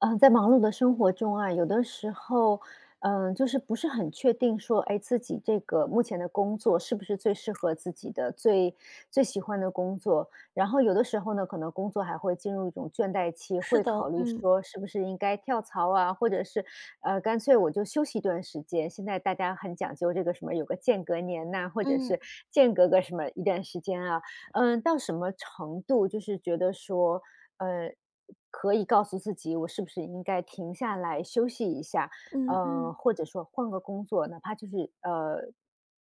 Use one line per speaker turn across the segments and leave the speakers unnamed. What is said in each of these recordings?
在忙碌的生活中啊，有的时候，就是不是很确定说，哎，自己这个目前的工作是不是最适合自己的、最喜欢的工作。然后有的时候呢，可能工作还会进入一种倦怠期，
是
会
的，
考虑
嗯
说是不是应该跳槽啊，或者是干脆我就休息一段时间。现在大家很讲究这个什么有个间隔年呐、或者
嗯
是间隔个什么一段时间啊，到什么程度就是觉得说。呃，可以告诉自己，我是不是应该停下来休息一下，
嗯嗯
或者说换个工作，哪怕就是呃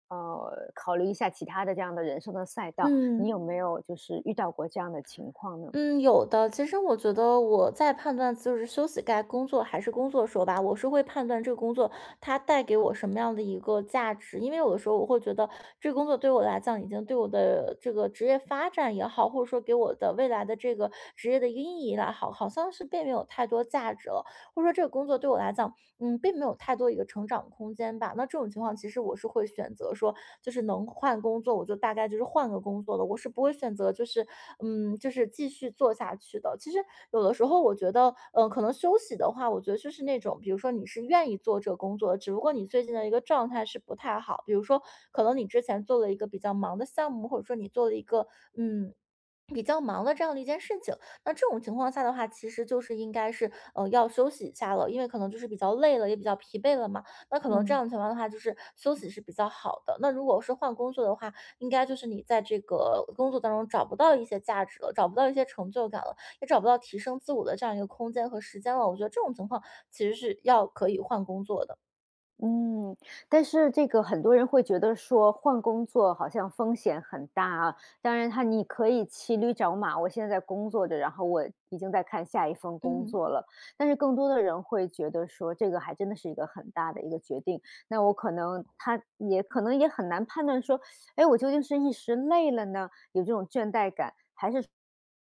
呃，考虑一下其他的这样的人生的赛道，你
嗯
有没有就是遇到过这样的情况呢？
嗯，有的。其实我觉得我在判断就是休息该工作还是工作的时候吧，我是会判断这个工作它带给我什么样的一个价值。因为有的时候我会觉得这个工作对我来讲已经对我的这个职业发展也好，或者说给我的未来的这个职业的一个意义来好，好像是并没有太多价值了。或者说这个工作对我来讲，并没有太多一个成长空间吧。那这种情况，其实我是会选择说，就是能换工作，我就大概就是换个工作的，我是不会选择就是，就是继续做下去的。其实有的时候，我觉得，可能休息的话，我觉得就是那种，比如说你是愿意做这个工作的，只不过你最近的一个状态是不太好，比如说可能你之前做了一个比较忙的项目，或者说你做了一个，嗯。比较忙的这样的一件事情，那这种情况下的话，其实就是应该是，要休息一下了，因为可能就是比较累了，也比较疲惫了嘛。那可能这
嗯。
样的情况的话，就是休息是比较好的。那如果是换工作的话，应该就是你在这个工作当中找不到一些价值了，找不到一些成就感了，也找不到提升自我的这样一个空间和时间了。我觉得这种情况其实是要可以换工作的。
嗯，但是这个很多人会觉得说换工作好像风险很大啊。当然，他你可以骑驴找马，我现在在工作着，然后我已经在看下一份工
嗯
作了。但是更多的人会觉得说，这个还真的是一个很大的一个决定。那我可能他也可能也很难判断说，哎，我究竟是一时累了呢，有这种倦怠感，还是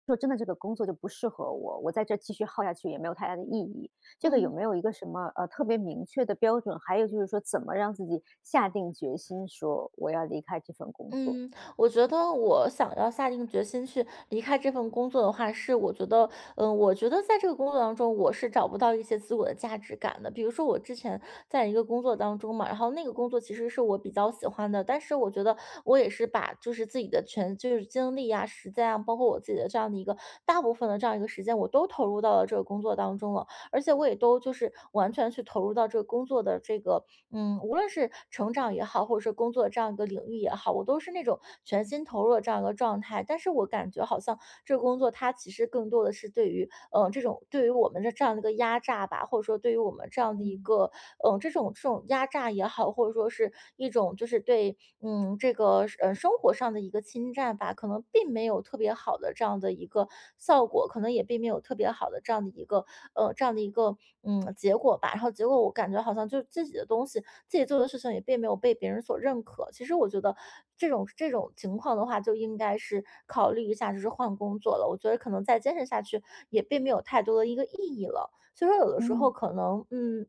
说真的这个工作就不适合我，我在这继续耗下去也没有太大的意义。这个有
嗯。
没有一个什么特别明确的标准？还有就是说，怎么让自己下定决心说我要离开这份工作？
嗯，我觉得我想要下定决心去离开这份工作的话，是我觉得，我觉得在这个工作当中，我是找不到一些自我的价值感的。比如说我之前在一个工作当中嘛，然后那个工作其实是我比较喜欢的，但是我觉得我也是把就是自己的全就是精力啊、时间啊，包括我自己的这样的一个大部分的这样一个时间，我都投入到了这个工作当中了，而且我也都就是完全去投入到这个工作的这个无论是成长也好，或者是工作这样一个领域也好，我都是那种全心投入的这样一个状态。但是我感觉好像这个工作它其实更多的是对于这种对于我们的这样的一个压榨吧，或者说对于我们这样的一个，这种压榨也好，或者说是一种就是对，这个，生活上的一个侵占吧，可能并没有特别好的这样的一个效果，可能也并没有特别好的这样的一个，这样的一个，结果吧。然后结果我感觉好像就是自己的东西自己做的事情也并没有被别人所认可。其实我觉得这种情况的话，就应该是考虑一下，就是换工作了。我觉得可能再坚持下去也并没有太多的一个意义了。所以说，有的时候
嗯。
可能，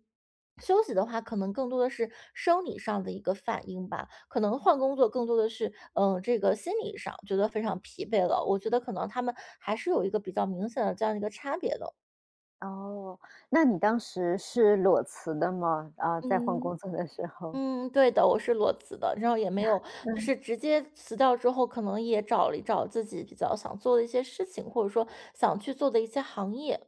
休息的话，可能更多的是生理上的一个反应吧，可能换工作更多的是，这个心理上觉得非常疲惫了。我觉得可能他们还是有一个比较明显的这样一个差别的。
哦，那你当时是裸辞的吗？啊、在换
嗯
工作的时候，
嗯，对的，我是裸辞的，然后也没有就
嗯。
是直接辞掉之后，可能也找了一找自己比较想做的一些事情，或者说想去做的一些行业。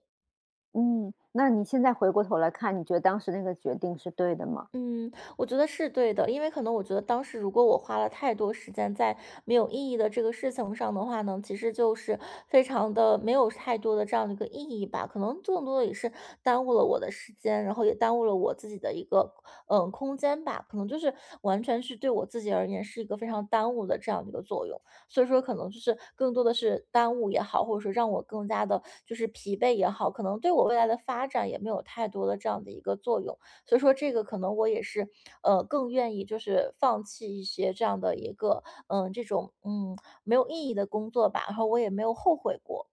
嗯，那你现在回过头来看，你觉得当时那个决定是对的吗？
嗯，我觉得是对的，因为可能我觉得当时如果我花了太多时间在没有意义的这个事情上的话呢，其实就是非常的没有太多的这样的一个意义吧，可能更多的也是耽误了我的时间，然后也耽误了我自己的一个空间吧，可能就是完全是对我自己而言是一个非常耽误的这样的一个作用，所以说可能就是更多的是耽误也好，或者说让我更加的就是疲惫也好，可能对我未来的发展也没有太多的这样的一个作用。所以说这个可能我也是，更愿意就是放弃一些这样的一个，这种没有意义的工作吧，然后我也没有后悔过。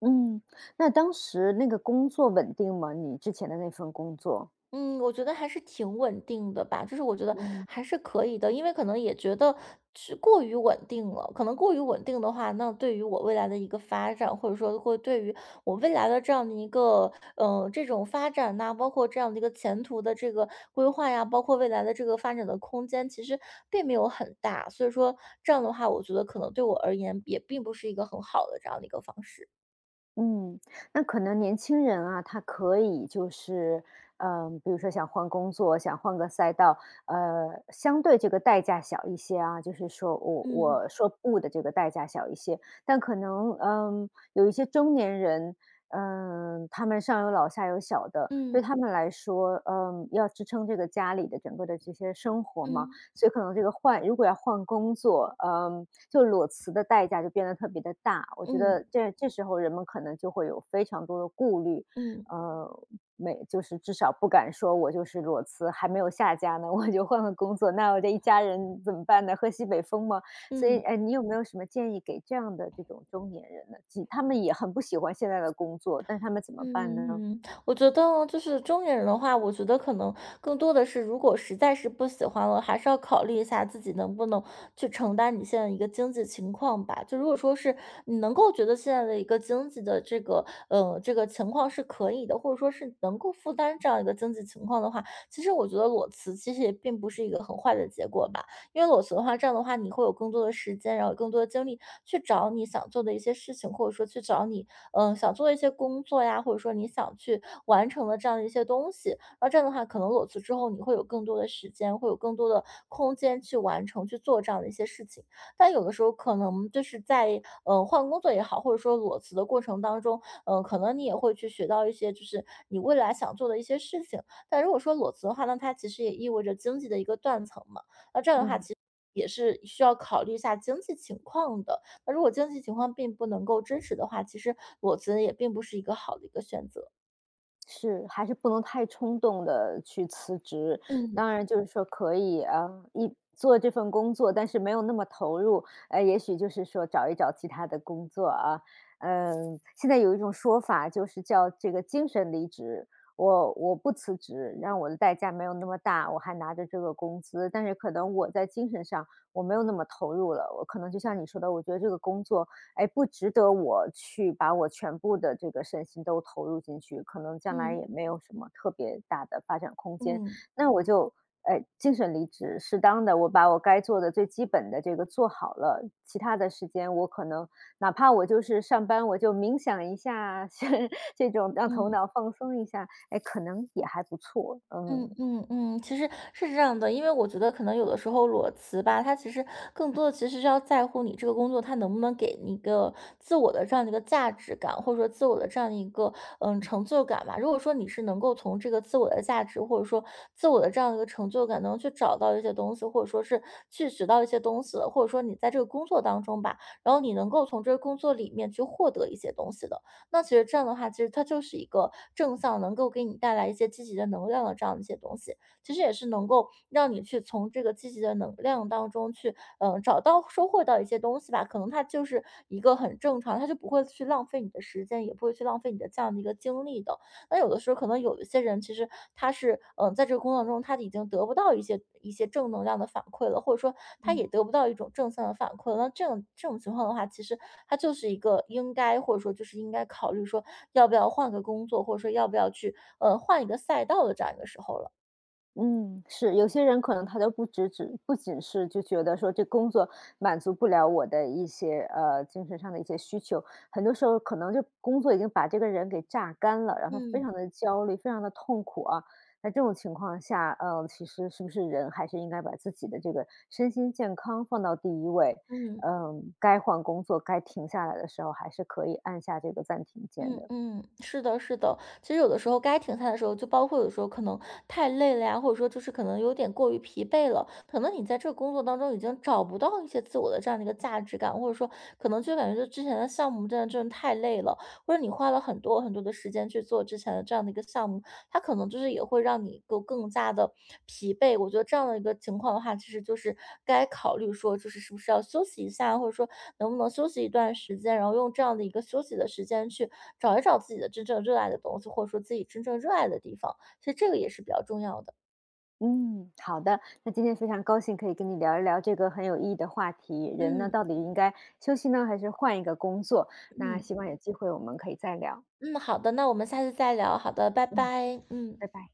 嗯，那当时那个工作稳定吗？你之前的那份工作？
嗯，我觉得还是挺稳定的吧，就是我觉得
嗯。
还是可以的，因为可能也觉得是过于稳定了，可能过于稳定的话，那对于我未来的一个发展，或者说会对于我未来的这样的一个这种发展呐、包括这样的一个前途的这个规划呀，包括未来的这个发展的空间，其实并没有很大，所以说这样的话，我觉得可能对我而言也并不是一个很好的这样的一个方式。
嗯，那可能年轻人啊，他可以就是，比如说想换工作，想换个赛道，相对这个代价小一些啊，就是说我
嗯
我说不的这个代价小一些，但可能有一些中年人，他们上有老下有小的，对
嗯
他们来说，要支撑这个家里的整个的这些生活嘛，
嗯
所以可能这个换如果要换工作，就裸辞的代价就变得特别的大。我觉
嗯
得
嗯
这时候人们可能就会有非常多的顾虑，
嗯。
呃，没就是至少不敢说我就是裸辞，还没有下家呢，我就换个工作，那我这一家人怎么办呢？喝西北风吗？所以，
嗯
哎，你有没有什么建议给这样的这种中年人呢？其他们也很不喜欢现在的工作，但他们怎么办呢？
嗯，我觉得哦就是中年人的话，我觉得可能更多的是，如果实在是不喜欢了，还是要考虑一下自己能不能去承担你现在一个经济情况吧。就如果说是你能够觉得现在的一个经济的这个情况是可以的，或者说是能够负担这样一个经济情况的话，其实我觉得裸辞其实也并不是一个很坏的结果吧。因为裸辞的话，这样的话你会有更多的时间，然后有更多的精力去找你想做的一些事情，或者说去找你想做一些工作呀，或者说你想去完成的这样的一些东西。那这样的话，可能裸辞之后，你会有更多的时间，会有更多的空间去完成、去做这样的一些事情。但有的时候，可能就是在换工作也好，或者说裸辞的过程当中，可能你也会去学到一些就是你未来想做的一些事情。但如果说裸辞的话，那它其实也意味着经济的一个断层嘛。
嗯。
也是需要考虑一下经济情况的。那如果经济情况并不能够支持的话，其实裸辞也并不是一个好的一个选择。
是，还是不能太冲动的去辞职。
嗯
当然就是说可以，啊，一做这份工作，但是没有那么投入，也许就是说找一找其他的工作啊。嗯，现在有一种说法就是叫这个精神离职，我不辞职，让我的代价没有那么大，我还拿着这个工资，但是可能我在精神上我没有那么投入了，我可能就像你说的，我觉得这个工作哎，不值得我去把我全部的这个身心都投入进去，可能将来
嗯
也没有什么特别大的发展空间。
嗯
那我就，哎，精神离职，适当的我把我该做的最基本的这个做好了，其他的时间我可能哪怕我就是上班，我就冥想一下，是这种让头
嗯。
脑放松一下，哎，可能也还不错，
嗯
嗯
嗯嗯，其实是这样的，因为我觉得可能有的时候裸辞吧，它其实更多的其实是要在乎你这个工作它能不能给你一个自我的这样的一个价值感，或者说自我的这样的一个成就感吧。如果说你是能够从这个自我的价值或者说自我的这样的一个成就感，能去找到一些东西，或者说是去学到一些东西的，或者说你在这个工作当中吧，然后你能够从这个工作里面去获得一些东西的。那其实这样的话，其实它就是一个正向，能够给你带来一些积极的能量的这样的一些东西。其实也是能够让你去从这个积极的能量当中去，找到收获到一些东西吧。可能它就是一个很正常，它就不会去浪费你的时间，也不会去浪费你的这样的一个精力的。那有的时候可能有一些人，其实他是，在这个工作中他已经得不到一些正能量的反馈了，或者说他也
嗯。
得不到一种正向的反馈了，那这种情况的话，其实他就是一个应该，或者说就是应该考虑说要不要换个工作，或者说要不要去，换一个赛道的这样一个时候了。
嗯，是，有些人可能他都不只只不仅是就觉得说这工作满足不了我的一些精神上的一些需求，很多时候可能就工作已经把这个人给榨干了，让他非
嗯
常的焦虑，非常的痛苦啊。在这种情况下，其实是不是人还是应该把自己的这个身心健康放到第一位？
嗯。
嗯、该换工作、该停下来的时候，还是可以按下这个暂停键
嗯
的。
嗯，是的，是的。其实有的时候该停下来的时候，就包括有时候可能太累了呀，或者说就是可能有点过于疲惫了，可能你在这个工作当中已经找不到一些自我的这样的一个价值感，或者说可能就感觉就之前的项目真的真的太累了，或者你花了很多很多的时间去做之前的这样的一个项目，它可能就是也会让你够更加的疲惫。我觉得这样的一个情况的话，其实就是该考虑说，就是是不是要休息一下，或者说能不能休息一段时间，然后用这样的一个休息的时间去找一找自己的真正热爱的东西，或者说自己真正热爱的地方。其实这个也是比较重要的。
嗯，好的。那今天非常高兴可以跟你聊一聊这个很有意义的话题，人呢
嗯
到底应该休息呢，还是换一个工作？那
嗯
希望有机会我们可以再聊。
嗯，好的，那我们下次再聊。好的，拜
嗯，
拜。嗯。
拜拜。